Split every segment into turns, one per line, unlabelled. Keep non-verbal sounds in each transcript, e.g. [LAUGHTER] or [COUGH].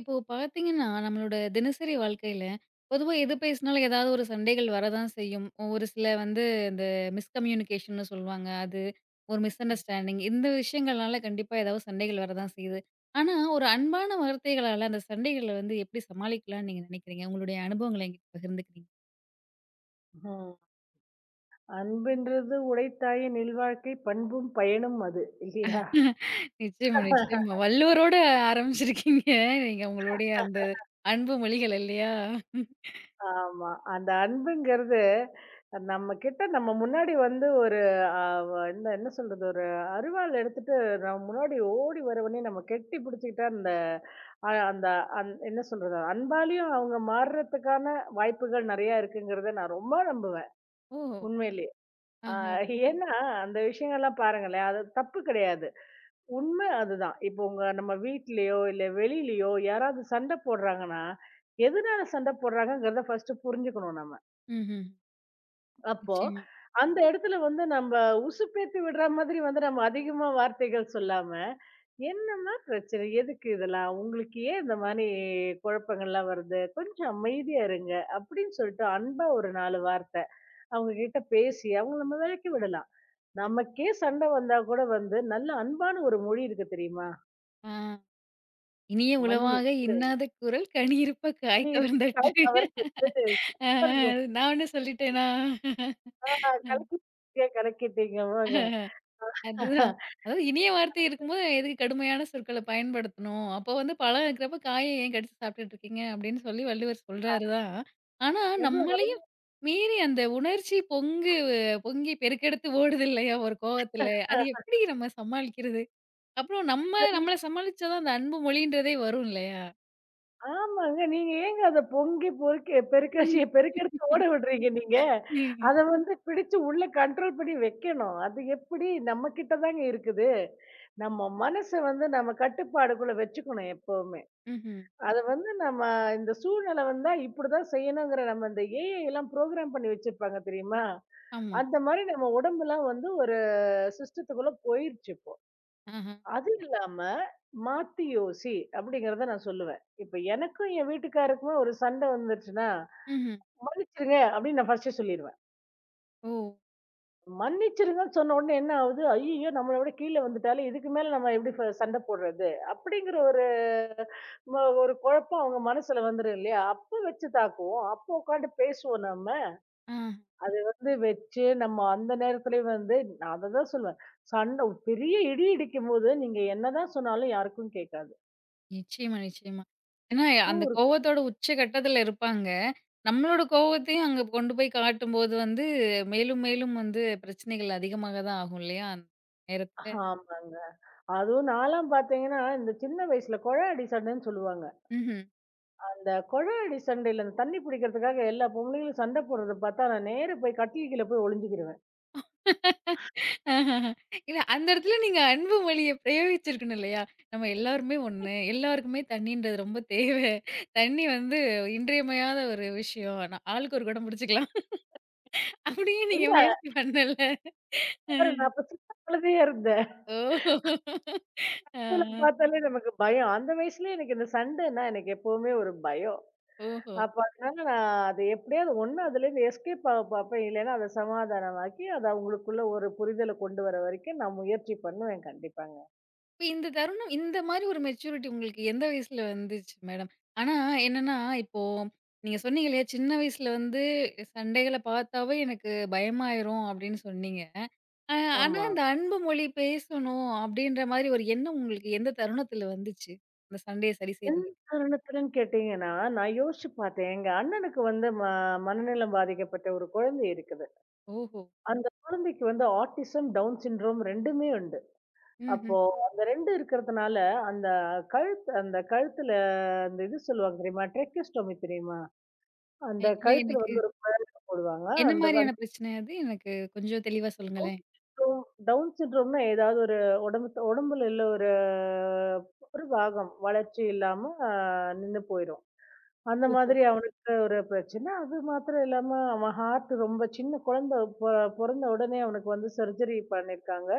இப்போ பார்த்தீங்கன்னா, நம்மளோட தினசரி வாழ்க்கையில பொதுவா எது பேசினாலும் ஏதாவது ஒரு சண்டைகள் வரதான் செய்யும். ஒரு சில வந்து இந்த மிஸ்கம்யூனிகேஷன்னு சொல்லுவாங்க. அது ஒரு மிஸ் அண்டர்ஸ்டாண்டிங் இந்த விஷயங்கள்னால கண்டிப்பா ஏதாவது சண்டைகள் வரதான் செய்யுது. ஆனா, ஒரு அன்பான வார்த்தைகளால அந்த சண்டைகள வந்து எப்படி சமாளிக்கலாம்னு நீங்க நினைக்கிறீங்க? உங்களுடைய அனுபவங்கள என்கிட்ட பகிர்ந்துக்கிறீங்க.
ஆ. அன்புன்றது உடைத்தாயின் இல்வாழ்க்கை பண்பும் பயனும் அது இல்லையா?
[LAUGHS] நிச்சயமா, நிச்சயமா. வள்ளுவரோட ஆரம்பிச்சிருக்கீங்க. நீங்க உங்களுடைய அந்த அன்பு மொழிகள் இல்லையா?
ஆமா. அந்த அன்புங்கிறது நம்ம கிட்ட நம்ம முன்னாடி வந்து ஒரு அ வ என்ன என்ன சொல்றது? ஒரு அரிவாள் எடுத்துட்டு நம்ம முன்னாடி ஓடி வரவனே நம்ம கெட்டி பிடிச்சுக்கிட்டா அந்த அ அந்த என்ன சொல்றது? அன்பாலயும் அவங்க மாறுறதுக்கான வாய்ப்புகள் நெறையா இருக்குங்கிறத நான் ரொம்ப நம்புவேன்.
ஓ!
உண்மையிலேயே. ஆ
ஆஹா.
ஏன்னா அந்த விஷயங்கள்லாம் பாருங்களேன், அது தப்பு கிடையாது. உண்மை அதுதான். இப்போ உங்க நம்ம வீட்லயோ, இல்ல வெளிலயோ யாராவது சண்டை போடுறாங்கன்னா, எதனால சண்டை போடுறாங்கங்கிறத ஃபர்ஸ்ட்டு புரிஞ்சுக்கணும் நம்ம.
ம்ஹ்ம்.
அப்போ,
நிச்சயமா.
அந்த இடத்துல வந்து நம்ப உசுப்பேத்தி விடுற மாதிரி வந்து நம்ம அதிகமா வார்த்தைகள் சொல்லாம, "என்னம்மா பிரச்சனை? எதுக்கு இதெல்லாம்? உங்களுக்கு ஏன் இந்த மாரி குழப்பங்கள்லாம் வருது? கொஞ்சம் அமைதியா இருங்க." அப்படின்னு சொல்லிட்டு அன்பா ஒரு 4 வார்த்தை அவங்க கிட்ட பேசி அவங்கள நம்ம விலக்கி விடலாம். நமக்கே சண்டை வந்தா கூட வந்து நல்ல அன்பான ஒரு மொழி இருக்கு தெரியுமா?
ஆ. இனிய
மன்னி.
உளவாக இன்னாத குரல் கனி இருப்ப
அது
காய்
இருக்கு.
கவர்ந்தற்று.
தாய் தவறிடுச்சு.
ஆ
சூப்பருங்க.
நான் ஒண்ணு சொல்லிட்டேனா?
ஆ, கலக்கிட்டீங்க, கலக்கிட்டீங்க போங்க.
அதுதான். அதாவது இனிய வார்த்தை இருக்கும்போது எதுக்கு கடுமையான சொற்கள பயன்படுத்தணும்? அப்போ வந்து பழம் இருக்கிறப்ப காய ஏன் கடிச்சு சாப்பிட்டுட்டு இருக்கீங்க? அப்படின்னு சொல்லி வள்ளுவர் சொல்றாரு தான். ஆனா
எவ்ளோ
நம்மளையும் மீறி அந்த உணர்ச்சி பொங்கி பெருக்கெடுத்து ஓடுது இல்லையா? ஒரு கோவத்துல. அது
[LAUGHS]
எப்படி நம்ம சமாளிக்கிறது? அப்புறம் நம்ம
சரி.
நம்மள சமாளிச்சா தான் அந்த அன்பு மொழின்றதே வரும் இல்லையா?
ஆமாங்க. நீங்க ஏங்க அத பொங்கி பொறுக்கி பெருக்கச்சி பெருக்கெடுத்து ஓட விடுறீங்க நீங்க?
ம்.
அத வந்து பிடிச்சு உள்ள கண்ட்ரோல் பண்ணி வைக்கணும். அது எப்படி நம்ம கிட்ட தாங்க இருக்குது. நம்ம மனச வந்து நம்ம கட்டுப்பாடுக்குள்ள வச்சுக்கணும் எப்பவுமே.
ம்ஹ்ம்.
அத வந்து நம்ம இந்த சூழ்நிலை வந்தா இப்படிதான் செய்யணுங்கிற நம்ம இந்த ஏஐலாம் ப்ரோகிராம் பண்ணி வச்சிருப்பாங்க தெரியுமா?
ஆமா.
அந்த மாரி நம்ம உடம்பெல்லாம் வந்து ஒரு சிஸ்டத்துக்குள்ள போயிருச்சு இப்போ.
ஆஹ.
அது இல்லாம, மாத்தி யோசி அப்படிங்கிறத நான் சொல்லுவேன். இப்ப எனக்கும் என் வீட்டுக்காருக்குமே ஒரு சண்டை வந்துருச்சுன்னா,
ம்ஹ்ம்.
மன்னிச்சிருங்க அப்படின்னு நான் ஃபர்ஸ்ட்டே சொல்லிருவேன்.
ஓ!
மன்னிச்சிருங்கன்னு சொன்ன உடனே என்ன ஆகுது, ஐய்யய்யோ! நம்மள விட கீழ வந்துட்டாலே, இதுக்கு மேல நம்ம எப்படி சண்டை போடுறது? அப்படிங்கிற ஒரு ஒரு குழப்பம் அவங்க மனசுல வந்துரும் இல்லையா? அப்ப வச்சு தாக்குவோம். அப்ப உட்கார்ந்து பேசுவோம் நம்ம.
ஆஹ.
அது வந்து வச்சு நம்ம அந்த நேரத்துலயே வந்து நான் அததான் சொல்லுவேன். சண்ட பெரிய இடி இடிக்கும்போது நீங்க என்னதான் சொன்னாலும் யாருக்கும் கேட்காது.
நிச்சயமா, நிச்சயமா. ஏன்னா
அதுவும்
அந்த
ஒரு
கோவத்தோட உச்சகட்டத்துல இருப்பாங்க. நம்மளோட கோவத்தையும் அங்க கொண்டு போய் காட்டும்போது வந்து மேலும், மேலும் வந்து பிரச்சனைகள் அதிகமாக தான் ஆகும் இல்லையா? அந்த நேரத்துல.
ஆமாங்க. அதுவும் நான்லாம் பார்த்தீங்கன்னா, இந்த சின்ன வயசுல கொழ அடி சண்டைன்னு சொல்லுவாங்க.
ம்ஹ்ம்.
அந்த கொழ அடி சண்டையில அந்த தண்ணி பிடிக்கிறதுக்காக எல்லா பொம்பளைங்களும் சண்ட போடுறத பார்த்தா, நான் நேரா போய் கட்டில் கீழ போய் ஒளிஞ்சுக்கிருவேன்.
ஆஹஹ. இல்ல அந்த இடத்துல நீங்க அன்பு மொழிய பிரயோகிச்சிருக்கணும் இல்லையா? நம்ம எல்லாருமே ஒண்ணு. எல்லாருக்குமே தண்ணீன்றது ரொம்ப தேவை. தண்ணி வந்து இன்றியமையாத ஒரு விஷயம். ஆனா ஆளுக்கு ஒரு குடம் பிடிச்சுக்கலாம். அப்படியே நீங்க
இல்ல
முயற்சி பண்ணல.
வேற, நான் அப்ப சின்ன குழந்தையா இருந்தேன்.
ஓஹோ! ஆ,
இதுல பார்த்தாலே நமக்கு பயம். அந்த வயசுலயே எனக்கு இந்த சண்டைன்னா எனக்கு எப்பவுமே ஒரு பயம்.
ஓஹோ!
அப்ப அதனால நான் அது எப்படியாவது ஒண்ணு அதுலேருந்து எஸ்கேப் ஆக பார்ப்பேன். இல்லைன்னா அத சமாதானமாக்கி, அத அவங்களுக்குள்ள ஒரு புரிதல கொண்டு வர வரைக்கும் நான் முயற்சி பண்ணுவேன் கண்டிப்பாங்க.
இப்ப இந்த தருணம் இந்த மாரி ஒரு மெச்சூரிட்டி உங்களுக்கு எந்த வயசுல வந்துச்சு மேடம்? ஆனா என்னன்னா, இப்போ நீங்க சொன்னீங்க இல்லையா, சின்ன வயசுல வந்து சண்டைகள பார்த்தாவே எனக்கு பயமாயிரும் அப்படின்னு சொன்னீங்க. அ ஆனா
ஆமா.
இந்த அன்பு மொழி பேசணும் அப்படின்ற மாரி ஒரு எண்ணம் உங்களுக்கு எந்த தருணத்துல வந்துச்சு? இந்த சண்டைய சரி
எந்த
செய்றதுக்கு.
தருணத்துலன்னு கேட்டீங்கன்னா, நான் யோசிச்சு பார்த்தேன். எங்க அண்ணனுக்கு வந்து மனநலம் பாதிக்கப்பட்ட ஒரு குழந்தை இருக்குது.
ஓஹோ!
அந்த குழந்தைக்கு வந்து ஆட்டிசம், டவுன் சிண்ட்ரோம் 2மே உண்டு.
ம்ஹ்ம்.
அப்போ அந்த 2 இருக்கிறதுனால, அந்த கழுத்து அந்த கழுத்துல அந்த இது சொல்லுவாங்க தெரியுமா? ட்ரெக்கிஸ்டோமி தெரியுமா? அந்த
இல்ல
கழுத்துல
எனக்கு
வந்து ஒரு குழந்தை போடுவாங்க.
என்ன
அந்த
மாரியான பிரச்சனை அது? எனக்கு கொஞ்சம் தெளிவா சொல்லுங்களேன்.
சிண்ட்ரோம் டவுன் சிண்ட்ரோம்னா ஏதாவது ஒரு உடம்பு உடம்புல உள்ள ஒரு ஒரு பாகம் வளர்ச்சி இல்லாம அ நின்னு போயிரும். அந்த
ஓஹோ!
மாதிரி அவனுக்கு ஒரு பிரச்சனை. அது மாத்திரம் இல்லாம அவன் ஹார்ட் ரொம்ப சின்ன குழந்தை பொறந்த உடனே அவனுக்கு வந்து சர்ஜரி பண்ணியிருக்காங்க.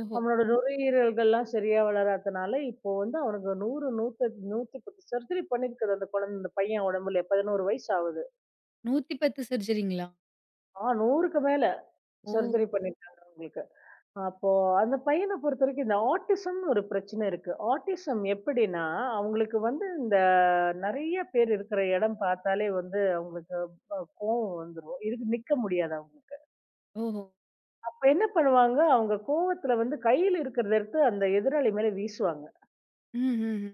ஓஹோ!
அவனோட நுரையீரல்கள்லாம் சரியா வளராதனால இப்போ வந்து அவனுக்கு 100 100 110 சர்ஜரி பண்ணியிருக்குது அந்த குழந்தை அந்த பையன் உடம்புல 11 வயசு ஆகுது.
110 சர்ஜரிங்களா?
ஆ, 100க்கு மேல
ஓ!
சர்ஜரி பண்ணியிருக்காங்க அவங்களுக்கு. அப்போ அந்த பையன பொறுத்தவரைக்கும் இந்த ஆட்டிசம்னு ஒரு பிரச்சனை இருக்கு. ஆட்டிசம் எப்படின்னா, அவங்களுக்கு வந்து இந்த நெறைய பேர் இருக்கிற இடம் பார்த்தாலே வந்து அவங்களுக்கு கோவம் வந்துரும். இதுக்கு நிக்க முடியாது அவங்களுக்கு.
ஓஹோ!
அப்ப என்ன பண்ணுவாங்க, அவங்க கோவத்துல வந்து கையில இருக்கிறத எடுத்து அந்த எதிராளி மேல வீசுவாங்க.
ம்ஹ்ஹ்ம்.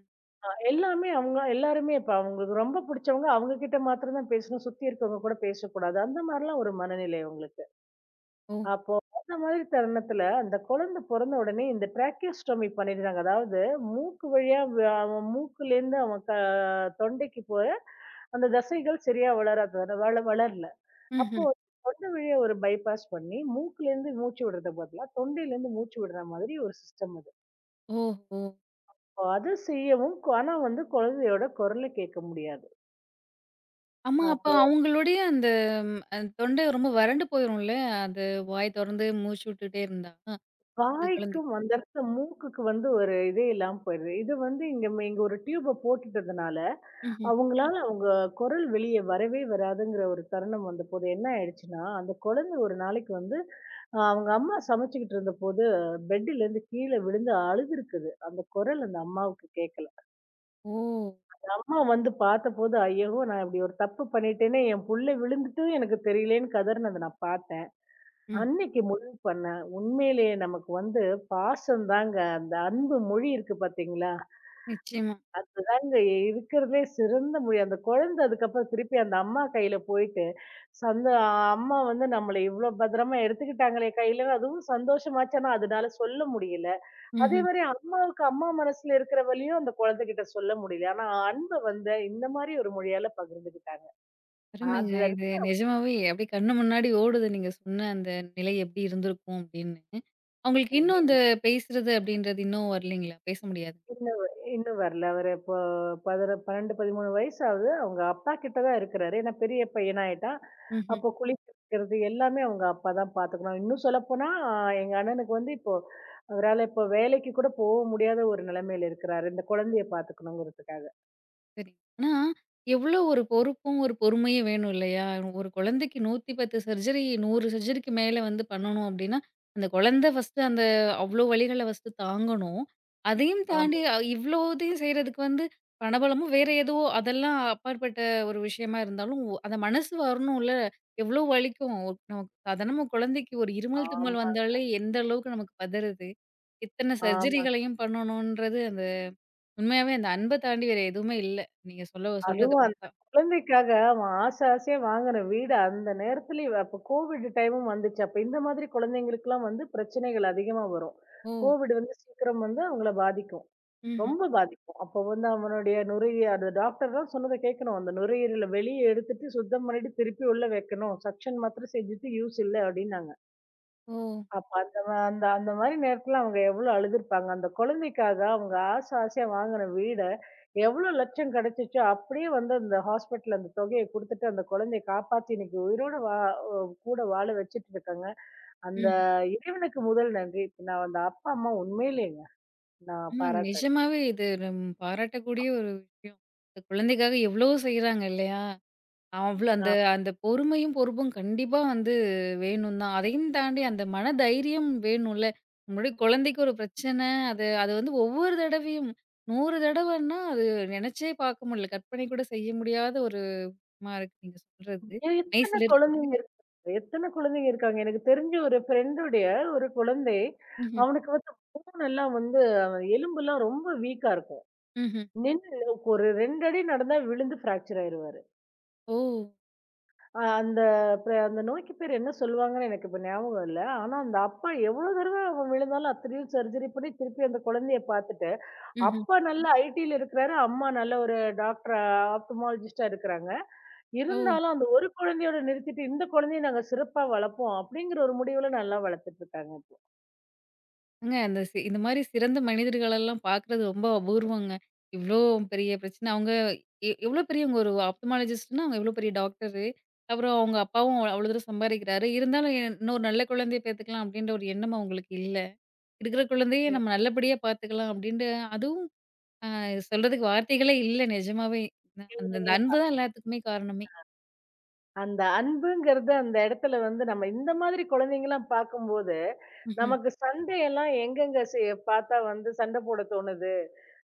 எல்லாமே அவங்க எல்லாருமே இப்ப அவங்களுக்கு ரொம்ப புடிச்சவங்க அவங்க கிட்ட மாத்திரம் தான் பேசணும். சுத்தி இருக்கவங்க கூட பேசக்கூடாது. அந்த மாரிலாம் ஒரு மனநிலை அவங்களுக்கு.
ஓ!
அப்போ அந்த மாதிரி தருணத்துல அந்த குழந்தை பொறந்த உடனே இந்த ட்ராக்கியோஸ்டோமி பண்ணிடுறாங்க. அதாவது மூக்கு வழியா அவன் மூக்குலேருந்து அவன் தொண்டைக்கு போற அந்த தசைகள் சரியா வளராது வள வள- வளரல. அப்போ
ம்ஹ்ம்.
தொண்டை வழியா ஒரு பைபாஸ் பண்ணி மூக்குலேருந்து மூச்சு விடுறத பதிலா தொண்டையிலேருந்து மூச்சு விடுற மாதிரி ஒரு சிஸ்டம் அது.
ஓஹோ!
அப்போ அது செய்யவும் ஆனா வந்து குழந்தையோட குரலை கேட்க முடியாது.
ஆமா, அப்ப
அப்போ
அவங்களுடைய அந்த ம் அ தொண்டை ரொம்ப வறண்டு போயிரும்ல? அது வாய் தொறந்து மூச்சு விட்டுட்டே இருந்தா, இது கலந்து
வாய்க்கும் அந்த இடத்துல மூக்குக்கு வந்து ஒரு இதே இல்லாம போயிடுது. இது வந்து இங்க இங்க ஒரு டியூப போட்டுட்டதுனால
ம்ஹ்ம்.
அவங்களால அவங்க குரல் வெளிய வரவே வராதுங்கிற ஒரு தருணம் வந்தபோது என்ன ஆயிடுச்சுன்னா, அந்த குழந்தை ஒரு நாளைக்கு வந்து அவங்க அம்மா சமைச்சுக்கிட்டு இருந்தபோது, பெட்டுலேருந்து கீழ விழுந்து அழுதுருக்குது. அந்த குரல் அந்த அம்மாவுக்கு கேட்கல.
ஓ!
அந்த அம்மா வந்து பார்த்தபோது, "ஐயோ! நான் இப்படி ஒரு தப்பு பண்ணிட்டேனே, என் புள்ள விழுந்துட்டும் எனக்கு தெரியலேன்னு" கதறினத நான் பார்த்தேன்.
ம்.
அன்னைக்கு முடிவு பண்ணேன், உண்மையிலேயே நமக்கு வந்து பாசம் தாங்க அந்த அன்பு மொழி இருக்கு பார்த்தீங்களா?
நிச்சயமா.
அதுதாங்க இருக்கிறதுலே சிறந்த மொழி. அந்த குழந்தை அதுக்கப்புறம் திருப்பி அந்த அம்மா கையில போயிட்டு, சந்த அம்மா வந்து நம்மள இவ்ளோ பத்திரமா எடுத்துக்கிட்டாங்களே கையில, அதுவும் சந்தோஷமாச்சு. ஆனா அதனால சொல்ல முடியல.
ம்ஹ்ம்.
அதேமாரி அம்மாவுக்கு அம்மா மனசுல இருக்கிற வலியும் அந்த குழந்தைகிட்ட சொல்ல முடியல. ஆனா அன்ப வந்து இந்த மாரி ஒரு மொழியால பகிர்ந்துக்கிட்டாங்க.
அருமைங்க. இது நிஜமாவே அப்படியே கண்ணு முன்னாடி ஓடுது நீங்க சொன்ன அந்த நிலை எப்படி இருந்திருக்கும் அப்படின்னு. அவங்களுக்கு
அது
இன்னும் அந்த பேசுறது அப்படின்றது இன்னும் வரலைங்களா? பேச முடியாது.
இன்னும் இன்னும் வரல. அவரு இப்போ 11 12, 13 வயசு ஆகுது. அவங்க அப்பா கிட்ட தான் இருக்கிறாரு. ஏன்னா பெரிய பையனா ஆயிட்டான்.
ம்ஹ்ம்.
அப்போ குளிக்க வைக்கிறது எல்லாமே அவங்க அப்பா தான் பார்த்துக்கணும். இன்னும் சொல்லப்போனா எங்க அண்ணனுக்கு வந்து இப்போ அவரால இப்போ வேலைக்கு கூட போக முடியாத ஒரு நிலைமையில இருக்கிறாரு. இந்த குழந்தைய பார்த்துக்கணுங்கிறதுக்காக.
சரி. ஆனா, எவ்ளோ ஒரு பொறுப்பும், ஒரு பொறுமையும் வேணும் இல்லையா? ஒரு குழந்தைக்கு 110 சர்ஜரி 100 சர்ஜரிக்கு மேல வந்து பண்ணணும் அப்டின்னா, அந்த குழந்தை ஃபர்ஸ்ட்டு அந்த அவ்ளோ வலிகள ஃபர்ஸ்ட்டு தாங்கணும். அதையும் தாண்டி
ஆமா,
இவ்ளோ இதையும் செய்றதுக்கு வந்து பணபலமும் வேற ஏதோ அதெல்லாம் அப்பாற்பட்ட ஒரு விஷயமா இருந்தாலும், அந்த மனசு வரணும்ல. எவ்ளோ வலிக்கும். நமக்கு சாதாரணமா குழந்தைக்கு ஒரு இருமல், தும்மல்
ஆமா,
வந்தாலே எந்த அளவுக்கு நமக்கு பதறுது. இத்தன
ஆமா.
சர்ஜரிகளையும் பண்ணணுன்றது அந்த உண்மையாவே அந்த அன்ப தாண்டி வேற எதுவுமே இல்ல. நீங்க சொல்ல சொல்றத
அதுவும் அந்த
பார்த்தா.
குழந்தைக்காக அவன் ஆசை ஆசையா வாங்குன வீடு அந்த நேரத்துலயும் அப்ப கோவிட் டைமும் வந்துச்சு. அப்ப இந்த மாதிரி குழந்தைங்களுக்குலாம் வந்து பிரச்சனைகள் அதிகமா வரும்.
ஓ!
கோவிட் வந்து சீக்கிரம் வந்து அவங்கள பாதிக்கும்.
ம்ஹ்ம்.
ரொம்ப பாதிக்கும். அப்போ வந்து அவனுடைய நுரையீரல் அந்த டாக்டர்லாம் சொன்னத கேட்கணும். அந்த நுரையீரல வெளிய எடுத்துட்டு சுத்தம் பண்ணிட்டு திருப்பி உள்ள வைக்கணும். சக்ஷன் மாத்திரம் செஞ்சுட்டு யூஸ் இல்ல அப்டின்னாங்க.
ஓ!
அப்ப அந்த மா அந்த அந்த மாரி நேரத்துல அவங்க எவ்ளோ அழுதுருப்பாங்க. அந்த குழந்தைக்காக அவங்க ஆசை ஆசையா வாங்குன வீட எவ்ளோ லட்சம் கிடைச்சுச்சோ, அப்படியே வந்து அந்த ஹாஸ்பிட்டல்ல அந்த தொகைய குடுத்துட்டு, அந்த குழந்தைய காப்பாத்தி இன்னைக்கு உயிரோட வா அ கூட வாழ வச்சுட்டு இருக்காங்க. அந்த
ம்ஹ்ம்.
இறைவனுக்கு முதல் நன்றி. இப்ப நான் அந்த அப்பா, அம்மா உண்மையிலேங்க நான்
ஆமாங்க.
பாராட்டுறேங்க.
நிஜமாவே இது நம் பாராட்டக்கூடிய ஒரு விஷயம். இந்த குழந்தைக்காக எவ்ளோ செய்றாங்க இல்லையா? அவ்ளோ அந்த
ஆ
அந்த பொறுமையும், பொறுப்பும் கண்டிப்பா வந்து வேணும் தான். அதையும் தாண்டி அந்த மன தைரியம் வேணும்ல. முன்னாடி குழந்தைக்கு ஒரு பிரச்சனை, அது அது வந்து ஒவ்வொரு தடவையும் 100 தடவைன்னா, அது நினைச்சே பார்க்க முடியல. கற்பனை கூட செய்ய முடியாத ஒரு இதுமா இருக்கு நீங்க சொல்றது. நைஸ்
எத்தன
லிருக்குது.
குழந்தைங்க இருக்கு எத்தன குழந்தைங்க இருக்காங்க. எனக்கு தெரிஞ்ச ஒரு ஃப்ரெண்டுடைய ஒரு குழந்தை,
ம்ஹ்ம்.
அவனுக்கு வந்து போன் எல்லாம் வந்து அவன் எலும்பெல்லாம் ரொம்ப வீக்கா இருக்கும்.
ம்ஹ்ம்.
நின்னு ஒரு 2 அடி நடந்தா விழுந்து ஃப்ராக்சர் ஆயிருவாரு.
ஓ!
அ அந்த ப அந்த நோய்க்கு பேர் என்ன சொல்லுவாங்கன்னு எனக்கு இப்ப ஞாபகம் இல்ல. ஆனா அந்த அப்பா எவ்வளோ தடவ அவன் விழுந்தாலும் அத்தனையும் சர்ஜரி பண்ணி திருப்பி அந்த குழந்தைய பார்த்துட்டு,
ம்ஹ்ம்.
அப்பா நல்ல ஐடில இருக்கிறாரு. அம்மா நல்ல ஒரு டாக்டர் ஆப்தமாலஜிஸ்ட்டா இருக்கிறாங்க.
ஓ!
இருந்தாலும் அந்த ஒரு குழந்தையோட நிறுத்திட்டு இந்த குழந்தைய நாங்க சிறப்பா வளர்ப்போம் அப்படிங்கிற ஒரு முடிவுல நல்லா வளர்த்துட்டு இருக்காங்க
ஏங்க அந்த இந்த மாரி சிறந்த மனிதர்களெல்லாம் பார்க்குறது ரொம்ப அபூர்வங்க. இவ்ளோ பெரிய பிரச்சனை அவங்க எவ்ளோ பெரியவங்க ஒரு ஆப்தமாலஜிஸ்ட்னா அவங்க எவ்ளோ பெரிய டாக்டரு. அப்புறம் அவங்க அப்பாவும் அவ்ளோ தூரம் சம்பாரிக்கிறாரு. இருந்தாலும் இன்னொரு நல்ல குழந்தைய பெத்துக்கலாம் அப்டின்ற ஒரு எண்ணம் அவங்களுக்கு இல்ல. இருக்கிற குழந்தைய நம்ம நல்லபடியா பார்த்துக்கலாம் அப்டின்ட்டு அதுவும் சொல்றதுக்கு வார்த்தைகளே இல்ல நெஜமாவே. அந்த அந்த
இப்போ.
அன்பு தான் எல்லாத்துக்குமே காரணமே.
அந்த அன்புங்கிறது அந்த இடத்துல வந்து நம்ம இந்த மாதிரி குழந்தைங்கலாம் பார்க்கும்போது,
ம்ஹ்ம்.
நமக்கு சண்டையெல்லாம் எங்கெங்க பார்த்தா வந்து சண்டை போட தோணுது?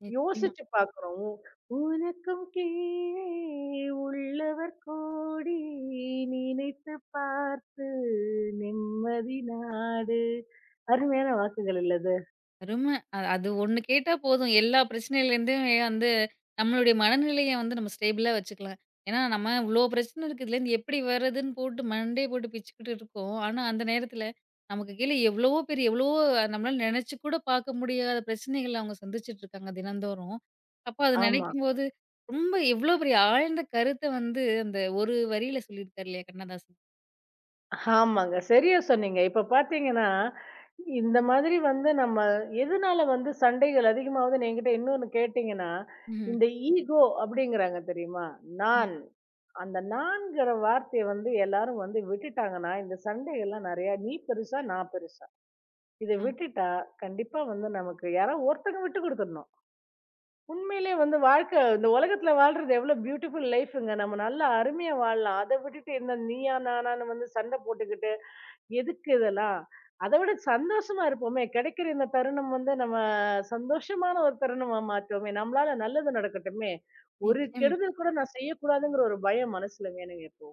நிச்சயமா.
யோசிச்சு பார்க்குறோம். உனக்கும் கீழே உள்ளவர் கோடி, நினைத்து பார்த்து நிம்மதி நாடு. அருமையான வாக்குகள் இல்ல அது?
அரும. அது ஒண்ணு கேட்டா போதும். எல்லா பிரச்சனையிலேருந்தும் வந்து நம்மளுடைய மனநிலைய வந்து நம்ம ஸ்டேபிளா வச்சுக்கலாம். ஏன்னா, நம்ம இவ்ளோ பிரச்சனை இருக்கு. இதுலேருந்து எப்படி வர்றதுன்னு போட்டு மண்டைய போட்டு பிச்சுக்கிட்டு இருக்கோம். ஆனா, அந்த நேரத்தில நமக்கு கீழ எவ்வளவோ பேர் எவ்வளவோ நம்மளால நெனச்சு கூட பார்க்க முடியாத பிரச்சனைகள அவங்க சந்திச்சுட்டு இருக்காங்க தினந்தோறும். அப்ப அத
ஆமா.
நினைக்கும்போது ரொம்ப எவ்வளோ பெரிய ஆழ்ந்த கருத்த வந்து அந்த ஒரு வரியில சொல்லியிருக்காரு இல்லையா கண்ணதாசன்.
ஆமாங்க. சரியா சொன்னீங்க. இப்ப பார்த்தீங்கன்னா, இந்த மாதிரி வந்து நம்ம எதனால வந்து சண்டைகள் அதிகமாகுதுன்னு என்கிட்ட இன்னொன்னு கேட்டீங்கன்னா,
ம்ஹ்ம்.
இந்த ஈகோ அப்படிங்கிறாங்க தெரியுமா?
ம்.
நான். அந்த நான்ங்கிற வார்த்தைய வந்து எல்லாரும் வந்து விட்டுட்டாங்கன்னா, இந்த சண்டைகள்லாம் நெறையா நீ பெருசா, நான் பெருசா. இத
ஆ.
விட்டுட்டா கண்டிப்பா வந்து நமக்கு யாரோ ஒருத்தங்க விட்டு குடுத்துடணும். உண்மையிலேயே வந்து வாழ்க்கை இந்த உலகத்துல வாழ்றது எவ்வளோ பியூட்டிஃபுல் லைஃப்ங்க. நம்ம நல்லா அருமையா வாழலாம். அத விட்டுட்டு இந்த நீயா நானான்னு வந்து சண்டை போட்டுக்கிட்டு எதுக்கு இதெல்லாம்? அத விட சந்தோஷமா இருப்போமே! கிடைக்கிற இந்த தருணம் வந்து நம்ம சந்தோஷமான ஒரு தருணமா மாத்துவோமே! நம்மளால நல்லது நடக்கட்டுமே! ஒரு
நிச்சயமா.
கெடுதல் கூட நான் செய்யக்கூடாதுங்கிற ஒரு பயம் மனசுல வேணுங்க இப்போ.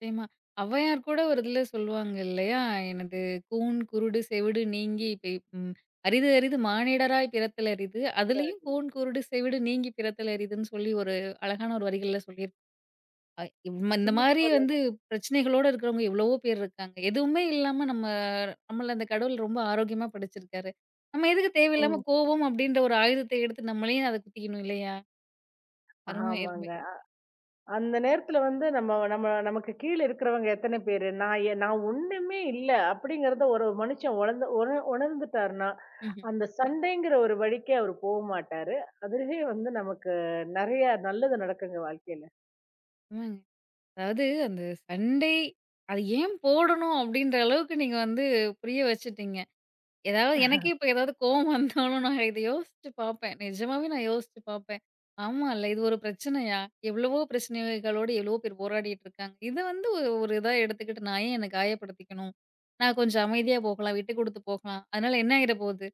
நிச்சயமா. ஔவையார் கூட ஒரு இதில சொல்லுவாங்க இல்லையா? "எனது கூன், குருடு, செவிடு நீங்கி பெய் ம் அரிது அரிது மானிடராய் பிறத்தல் அரிது" அதுலயும் கூன், குருடு, செவிடு நீங்கி பிறத்தல் அரிதுன்னு சொல்லி ஒரு அழகான ஒரு வரிகள்ல சொல்லியிருப்பாங்க. இந்த மாரி
சூப்பர்.
வந்து பிரச்சனைகளோட இருக்கிறவங்க எவ்வளவோ பேர் இருக்காங்க. எதுவுமே இல்லாம நம்ம நம்மள அந்த கடவுள் ரொம்ப ஆரோக்கியமா படைச்சிருக்காரு. நம்ம எதுக்கு தேவையில்லாம
ம்.
கோவம் அப்படின்ற ஒரு ஆயுதத்தை எடுத்து நம்மளையும் அத குத்திக்கணும் இல்லையா? அருமை, அருமை.
ஆமாங்க. அந்த நேரத்துல வந்து நம்ம நம்ம நமக்கு கீழ இருக்கிறவங்க எத்தன பேரு? நான் நான் ஒண்ணுமே இல்ல அப்படிங்கிறத ஒரு மனுஷன் உணர்ந்து உணர்ந்துட்டாருன்னா,
ம்ஹ்ம்.
அந்த சண்டைங்கிற ஒரு வழிக்கே அவரு போமாட்டாரு. அதுவே வந்து நமக்கு நெறைய நல்லது நடக்குங்க வாழ்க்கையில.
ஆமாங்க. அதாவது அந்த சண்டை, அது ஏன் போடணும் அப்படின்ற அளவுக்கு நீங்க வந்து புரிய வச்சுட்டீங்க. ஏதாவது எனக்கே இப்ப ஏதாவது கோவம் வந்தாலும் நான் இத யோசிச்சு பார்ப்பேன். நிஜமாவே நான் யோசிச்சு பார்ப்பேன். ஆமால்ல, இது ஒரு பிரச்சனையா? எவ்வளவோ பிரச்சனைகளோட எவ்வளவோ பேர் போராடிட்டு இருக்காங்க. இத வந்து ஒரு ஒரு இதா எடுத்துக்கிட்டு நான் ஏன் என்ன காயப்படுத்திக்கணும்? நான் கொஞ்சம் அமைதியா போகலாம், விட்டு குடுத்து போகலாம். அதனால என்ன ஆயிற போகுது?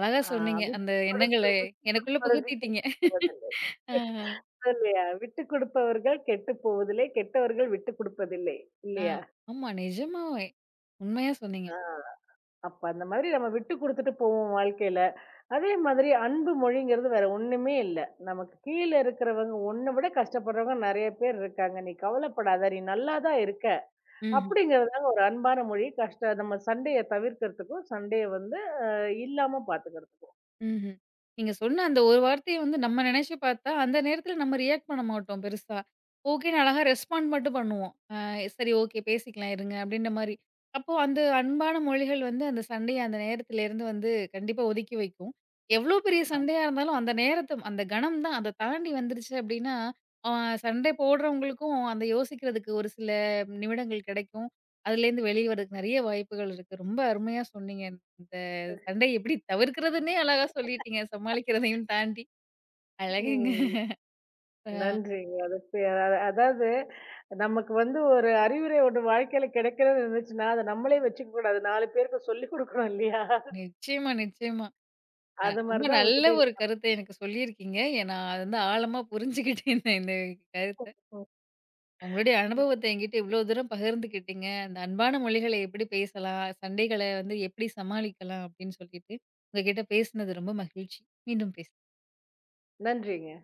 அழகா
ஆ
சொன்னீங்க. அந்த எண்ணங்கள எனக்குள்ள புகுத்திட்டீங்க.
விட்டுக்கொடுத்து
ஆஹ.
இல்லையா? விட்டுக் கொடுப்பவர்கள் கெட்டுப் போவதில்லை. கெட்டவர்கள் விட்டுக் கொடுப்பதில்லை.
ஆ.
இல்லையா?
ஆமா, நிஜமாவே. உண்மையா சொன்னீங்க.
ஆ. அப்ப அந்த மாதிரி நம்ம விட்டுக் குடுத்துட்டு போவோம் வாழ்க்கையில. அதே மாதிரி அன்பு மொழிங்கிறது வேற ஒண்ணுமே இல்ல. நமக்கு கீழ இருக்கிறவங்க உன்ன விட கஷ்டப்படுறவங்க நெறைய பேர் இருக்காங்க. நீ கவலைப்படாத. நீ நல்லா தான் இருக்க.
ம்.
அப்படிங்கிறது தாங்க ஒரு அன்பான மொழி. கஷ்ட நம்ம சண்டைய தவிர்க்கிறதுக்கும், சண்டைய வந்து அ இல்லாம பாத்துக்கிறதுக்கும்.
ம்ஹ்ம். நீங்க சொன்ன அந்த ஒரு வார்த்தைய வந்து நம்ம நெனச்சு பார்த்தா, அந்த நேரத்துல நம்ம ரியாக்ட் பண்ண மாட்டோம் பெருசா. ஓகேன்னு அழகா ரெஸ்பாண்ட் மட்டும் பண்ணுவோம். சரி ஓகே பேசிக்கலாம் இருங்க அப்டின்ற மாரி. அப்போ அந்த அன்பான மொழிகள் வந்து அந்த சண்டைய அந்த நேரத்துலேருந்து வந்து கண்டிப்பா ஒதுக்கி வைக்கும். எவ்ளோ பெரிய
ஆமா.
சண்டையா இருந்தாலும் அந்த நேரத்த அந்த கணம் தான் அத தாண்டி வந்துருச்சு அப்டின்னா, அ சண்டை போடுறவங்களுக்கும் அந்த யோசிக்கிறதுக்கு ஒரு சில நிமிடங்கள் கெடைக்கும். அதுலேருந்து வெளிய வரதுக்கு நெறைய வாய்ப்புகள் இருக்கு. ரொம்ப அருமையா சொன்னீங்க. இந்த சண்டை எப்படி தவிர்க்கிறதுன்னே அழகா சொல்லிட்டீங்க. சமாளிக்கிறதையும் தாண்டி. அழகுங்க.
ம்.
அ
நன்றிங்க. அதுக்கு அதாவது நமக்கு வந்து ஒரு அறிவுரை ஒண்ணு வாழ்க்கையில கிடைக்கிறதுன்னு இருந்துச்சுன்னா, அத நம்மளே வச்சுக்க கூடாது. 4 பேருக்கு சொல்லிக் குடுக்கணும் இல்லையா?
நிச்சயமா, நிச்சயமா.
அது மாரி
ரொம்ப
தான்
நல்ல ஒரு
உங்ககிட்ட
கருத்த எனக்கு சொல்லியிருக்கீங்க. நான் அத வந்து ஆழமா புரிஞ்சுகிட்டேன் இந்த கருத்த.
இருக்கும். ம்,
உங்களுடைய
ம்.
அனுபவத்த என்கிட்ட இவ்ளோ தூரம் பகிர்ந்துக்கிட்டீங்க. அந்த அன்பான மொழிகள எப்படி பேசலாம்? சண்டைகள வந்து எப்படி சமாளிக்கலாம்? அப்படின்னு சொல்லிட்டு, உங்ககிட்ட பேசினது ரொம்ப மகிழ்ச்சி. மீண்டும் பேசலாம்.
நன்றிங்க.